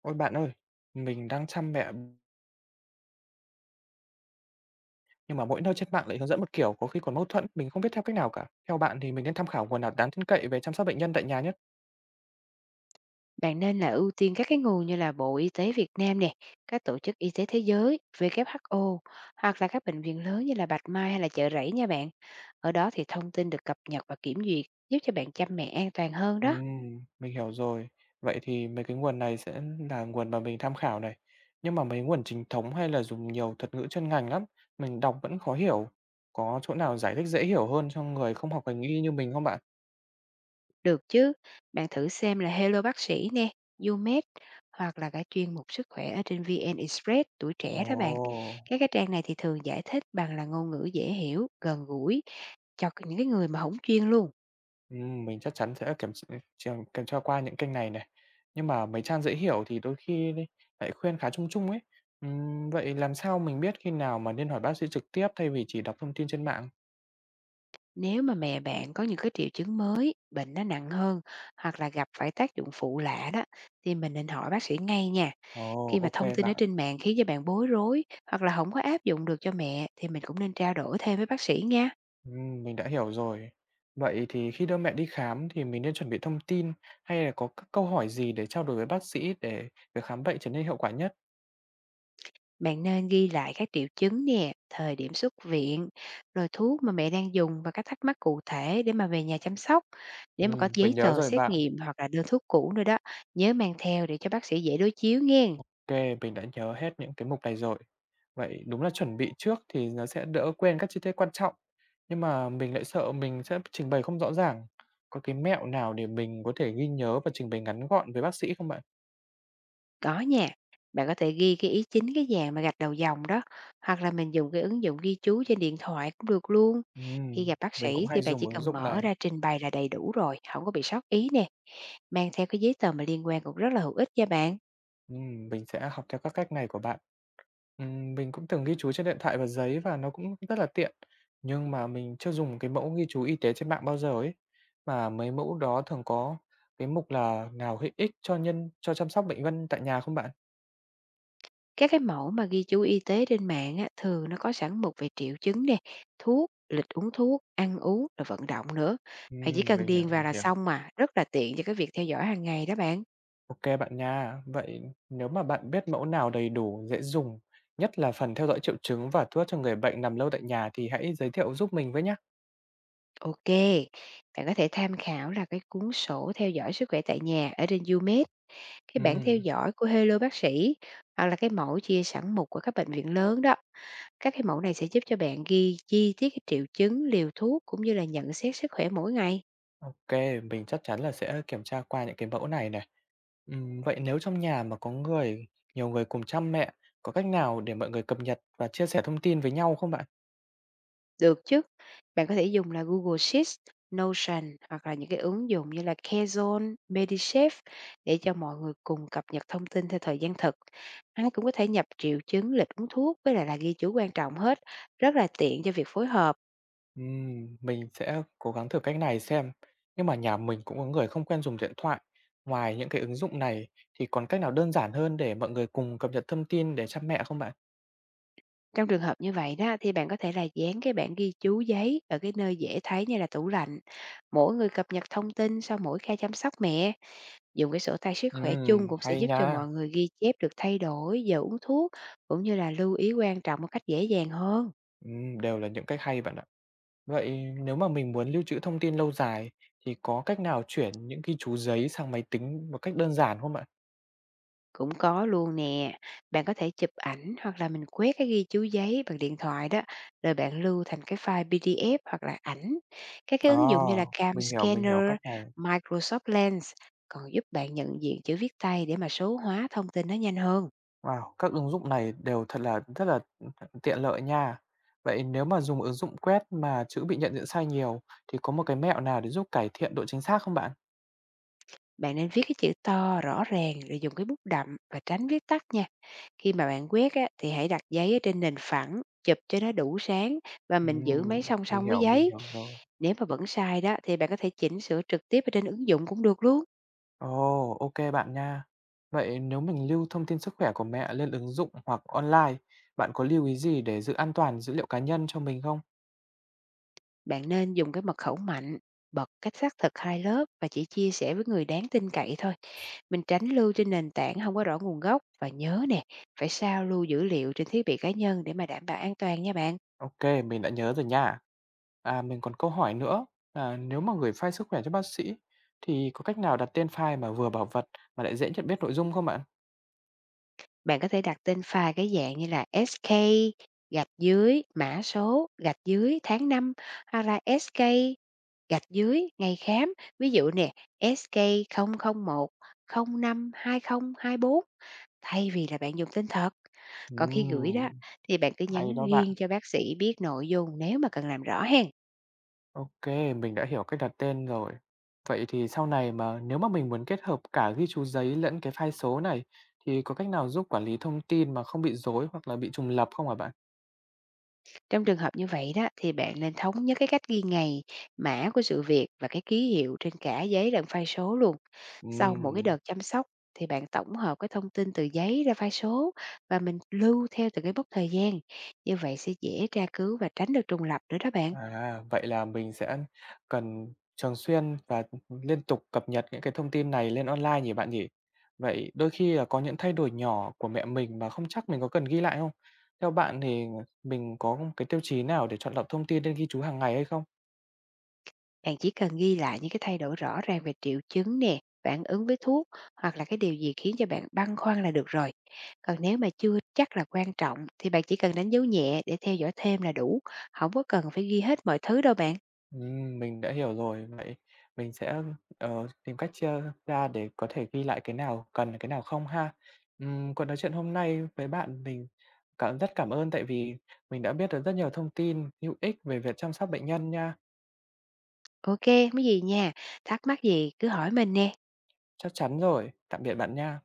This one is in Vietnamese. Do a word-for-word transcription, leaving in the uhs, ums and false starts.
Ôi bạn ơi, mình đang chăm mẹ, nhưng mà mỗi nơi trên mạng lại hướng dẫn một kiểu, có khi còn mâu thuẫn, mình không biết theo cách nào cả. Theo bạn thì mình nên tham khảo nguồn nào đáng tin cậy về chăm sóc bệnh nhân tại nhà nhất? Bạn nên là ưu tiên các cái nguồn như là Bộ Y tế Việt Nam nè, các tổ chức y tế thế giới, vê kép hát o, hoặc là các bệnh viện lớn như là Bạch Mai hay là Chợ Rẫy nha bạn. Ở đó thì thông tin được cập nhật và kiểm duyệt giúp cho bạn chăm mẹ an toàn hơn đó. Ừm, mình hiểu rồi. Vậy thì mấy cái nguồn này sẽ là nguồn mà mình tham khảo này. Nhưng mà mấy nguồn chính thống hay là dùng nhiều thuật ngữ chuyên ngành lắm, mình đọc vẫn khó hiểu. Có chỗ nào giải thích dễ hiểu hơn cho người không học ngành y như mình không bạn? Được chứ? Bạn thử xem là Hello bác sĩ nè, YouMed, hoặc là cái chuyên mục sức khỏe ở trên vê en Express tuổi Ồ. trẻ đó bạn. Các cái trang này thì thường giải thích bằng là ngôn ngữ dễ hiểu, gần gũi cho những cái người mà không chuyên luôn. Ừm, mình chắc chắn sẽ kiểm tr trường kiểm tra qua những kênh này này. Nhưng mà mấy trang dễ hiểu thì đôi khi đi lại khuyên khá chung chung ấy. Ừm, vậy làm sao mình biết khi nào mà nên hỏi bác sĩ trực tiếp thay vì chỉ đọc thông tin trên mạng? Nếu mà mẹ bạn có những cái triệu chứng mới, bệnh nó nặng hơn, hoặc là gặp phải tác dụng phụ lạ đó thì mình nên hỏi bác sĩ ngay nha. Ồ, Khi mà ok thông tin ở bạn. trên mạng khiến cho bạn bối rối hoặc là không có áp dụng được cho mẹ thì mình cũng nên trao đổi thêm với bác sĩ nha. Ừm, mình đã hiểu rồi. Vậy thì khi đưa mẹ đi khám thì mình nên chuẩn bị thông tin hay là có các câu hỏi gì để trao đổi với bác sĩ để việc khám bệnh trở nên hiệu quả nhất? Bạn nên ghi lại các triệu chứng nè, thời điểm xuất viện, rồi thuốc mà mẹ đang dùng và các thắc mắc cụ thể để mà về nhà chăm sóc. Nếu mà có Ừm, giấy mình nhớ tờ rồi xét bạn. nghiệm hoặc là đơn thuốc cũ nữa đó, nhớ mang theo để cho bác sĩ dễ đối chiếu nghe. Ok, mình đã nhớ hết những cái mục này rồi. Vậy đúng là chuẩn bị trước thì nó sẽ đỡ quên các chi tiết quan trọng, nhưng mà mình lại sợ mình sẽ trình bày không rõ ràng. Có cái mẹo nào để mình có thể ghi nhớ và trình bày ngắn gọn với bác sĩ không bạn? Có nha, bạn có thể ghi cái ý chính cái dạng mà gạch đầu dòng đó, hoặc là mình dùng cái ứng dụng ghi chú trên điện thoại cũng được luôn. Khi Ừm, gặp bác mình cũng sĩ thì hay bạn chỉ dùng ứng cần dụng mở này. ra trình bày là đầy đủ rồi, không có bị sót ý nè. Mang theo cái giấy tờ mà liên quan cũng rất là hữu ích nha bạn. Ừm, mình sẽ học theo các cách này của bạn. Ừm, mình cũng từng ghi chú trên điện thoại và giấy và nó cũng rất là tiện. Nhưng mà mình chưa dùng cái mẫu ghi chú y tế trên mạng bao giờ ấy. Mà mấy mẫu đó thường có cái mục là nào hữu ích cho nhân cho chăm sóc bệnh nhân tại nhà không bạn? Các cái mẫu mà ghi chú y tế trên mạng á, thường nó có sẵn mục về triệu chứng nè, thuốc, lịch uống thuốc, ăn uống, rồi vận động nữa. Bạn chỉ Ừm, cần mình hiểu, điền vào mình là hiểu. xong mà, rất là tiện cho cái việc theo dõi hàng ngày đó bạn. OK bạn nha. Vậy nếu mà bạn biết mẫu nào đầy đủ, dễ dùng, nhất là phần theo dõi triệu chứng và thuốc cho người bệnh nằm lâu tại nhà thì hãy giới thiệu giúp mình với nhá. OK, bạn có thể tham khảo là cái cuốn sổ theo dõi sức khỏe tại nhà ở trên YouMed, cái bảng theo Ừm, dõi của Hello Bác Sĩ, hoặc là cái mẫu chia sẵn mục của các bệnh viện lớn đó. Các cái mẫu này sẽ giúp cho bạn ghi chi tiết cái triệu chứng, liều thuốc cũng như là nhận xét sức khỏe mỗi ngày. OK, mình chắc chắn là sẽ kiểm tra qua những cái mẫu này này. Ừm, vậy nếu trong nhà mà có người nhiều người cùng chăm mẹ, có cách nào để mọi người cập nhật và chia sẻ thông tin với nhau không bạn? Được chứ. Bạn có thể dùng là Google Sheets, Notion, hoặc là những cái ứng dụng như là Kaizen, MediChef để cho mọi người cùng cập nhật thông tin theo thời gian thực. Ai cũng có thể nhập triệu chứng, lịch uống thuốc với lại là ghi chú quan trọng hết, rất là tiện cho việc phối hợp. Ừm, mình sẽ cố gắng thử cách này xem. Nhưng mà nhà mình cũng có người không quen dùng điện thoại. Ngoài những cái ứng dụng này thì còn cách nào đơn giản hơn để mọi người cùng cập nhật thông tin để chăm mẹ không bạn? Trong trường hợp như vậy đó thì bạn có thể là dán cái bảng ghi chú giấy ở cái nơi dễ thấy như là tủ lạnh. Mỗi người cập nhật thông tin sau mỗi ca chăm sóc mẹ. Dùng cái sổ tay sức khỏe chung Ừm, cũng sẽ hay giúp cho nha. mọi người ghi chép được thay đổi, giờ uống thuốc cũng như là lưu ý quan trọng một cách dễ dàng hơn. Ừm, đều là những cách hay bạn ạ. Vậy nếu mà mình muốn lưu trữ thông tin lâu dài thì có cách nào chuyển những ghi chú giấy sang máy tính một cách đơn giản không bạn? Cũng có luôn nè, bạn có thể chụp ảnh hoặc là mình quét cái ghi chú giấy bằng điện thoại đó, rồi bạn lưu thành cái file pê đê ép hoặc là ảnh. Các cái Ờ, ứng dụng như là Cam mình hiểu, mình hiểu Scanner, cách này. Microsoft Lens còn giúp bạn nhận diện chữ viết tay để mà số hóa thông tin nó nhanh hơn. Wow, các ứng dụng này đều thật là rất là, tiện lợi nha. Vậy nếu mà dùng ứng dụng quét mà chữ bị nhận diện sai nhiều thì có một cái mẹo nào để giúp cải thiện độ chính xác không bạn? Bạn nên viết cái chữ to rõ ràng, rồi dùng cái bút đậm và tránh viết tắt nha. Khi mà bạn quét á, thì hãy đặt giấy ở trên nền phẳng, chụp cho nó đủ sáng và mình giữ máy Ừm, song mình song với hiểu, mình giấy. hiểu rồi. Nếu mà vẫn sai đó thì bạn có thể chỉnh sửa trực tiếp ở trên ứng dụng cũng được luôn. Ồ, ô kê bạn nha. Vậy nếu mình lưu thông tin sức khỏe của mẹ lên ứng dụng hoặc online, bạn có lưu ý gì để giữ an toàn dữ liệu cá nhân cho mình không? Bạn nên dùng cái mật khẩu mạnh, bật cách xác thực hai lớp và chỉ chia sẻ với người đáng tin cậy thôi. Mình tránh lưu trên nền tảng không có rõ nguồn gốc, và nhớ nè, phải sao lưu dữ liệu trên thiết bị cá nhân để mà đảm bảo an toàn nha bạn. OK, mình đã nhớ rồi nha. À, mình còn câu hỏi nữa là nếu mà gửi file sức khỏe cho bác sĩ thì có cách nào đặt tên file mà vừa bảo vật mà lại dễ nhận biết nội dung không bạn? Bạn có thể đặt tên file cái dạng như là ét kê gạch dưới mã số gạch dưới tháng năm, hoặc là ét ca gạch dưới ngày khám. Ví dụ nè, ét ca không không một không năm hai không hai bốn, thay vì là bạn dùng tên thật. Còn khi gửi đó Ừm, thì bạn cứ hay nhắn đó bạn. riêng cho bác sĩ biết nội dung nếu mà cần làm rõ hen. OK, mình đã hiểu cách đặt tên rồi. Vậy thì sau này mà nếu mà mình muốn kết hợp cả ghi chú giấy lẫn cái file số này thì có cách nào giúp quản lý thông tin mà không bị rối hoặc là bị trùng lập không hả bạn? Trong trường hợp như vậy đó thì bạn nên thống nhất cái cách ghi ngày, mã của sự việc và cái ký hiệu trên cả giấy lẫn file số luôn. Sau mỗi cái Ừm. đợt chăm sóc thì bạn tổng hợp cái thông tin từ giấy ra file số và mình lưu theo từng cái mốc thời gian. Như vậy sẽ dễ tra cứu và tránh được trùng lặp nữa đó bạn. À, vậy là mình sẽ cần thường xuyên và liên tục cập nhật những cái thông tin này lên online nhỉ bạn nhỉ? Vậy đôi khi là có những thay đổi nhỏ của mẹ mình mà không chắc mình có cần ghi lại không? Theo bạn thì mình có cái tiêu chí nào để chọn lọc thông tin nên ghi chú hàng ngày hay không? Bạn chỉ cần ghi lại những cái thay đổi rõ ràng về triệu chứng nè, phản ứng với thuốc, hoặc là cái điều gì khiến cho bạn băn khoăn là được rồi. Còn nếu mà chưa chắc là quan trọng thì bạn chỉ cần đánh dấu nhẹ để theo dõi thêm là đủ. Không có cần phải ghi hết mọi thứ đâu bạn. Ừm, mình đã hiểu rồi. Vậy mình sẽ, ờ, tìm cách chia ra để có thể ghi lại cái nào cần, cái nào không ha. Ừm, cuộc nói chuyện hôm nay với bạn mình cảm rất cảm ơn tại vì mình đã biết được rất nhiều thông tin hữu ích về việc chăm sóc bệnh nhân nha. OK, mấy gì nha. Thắc mắc gì cứ hỏi mình nè. Chắc chắn rồi. Tạm biệt bạn nha.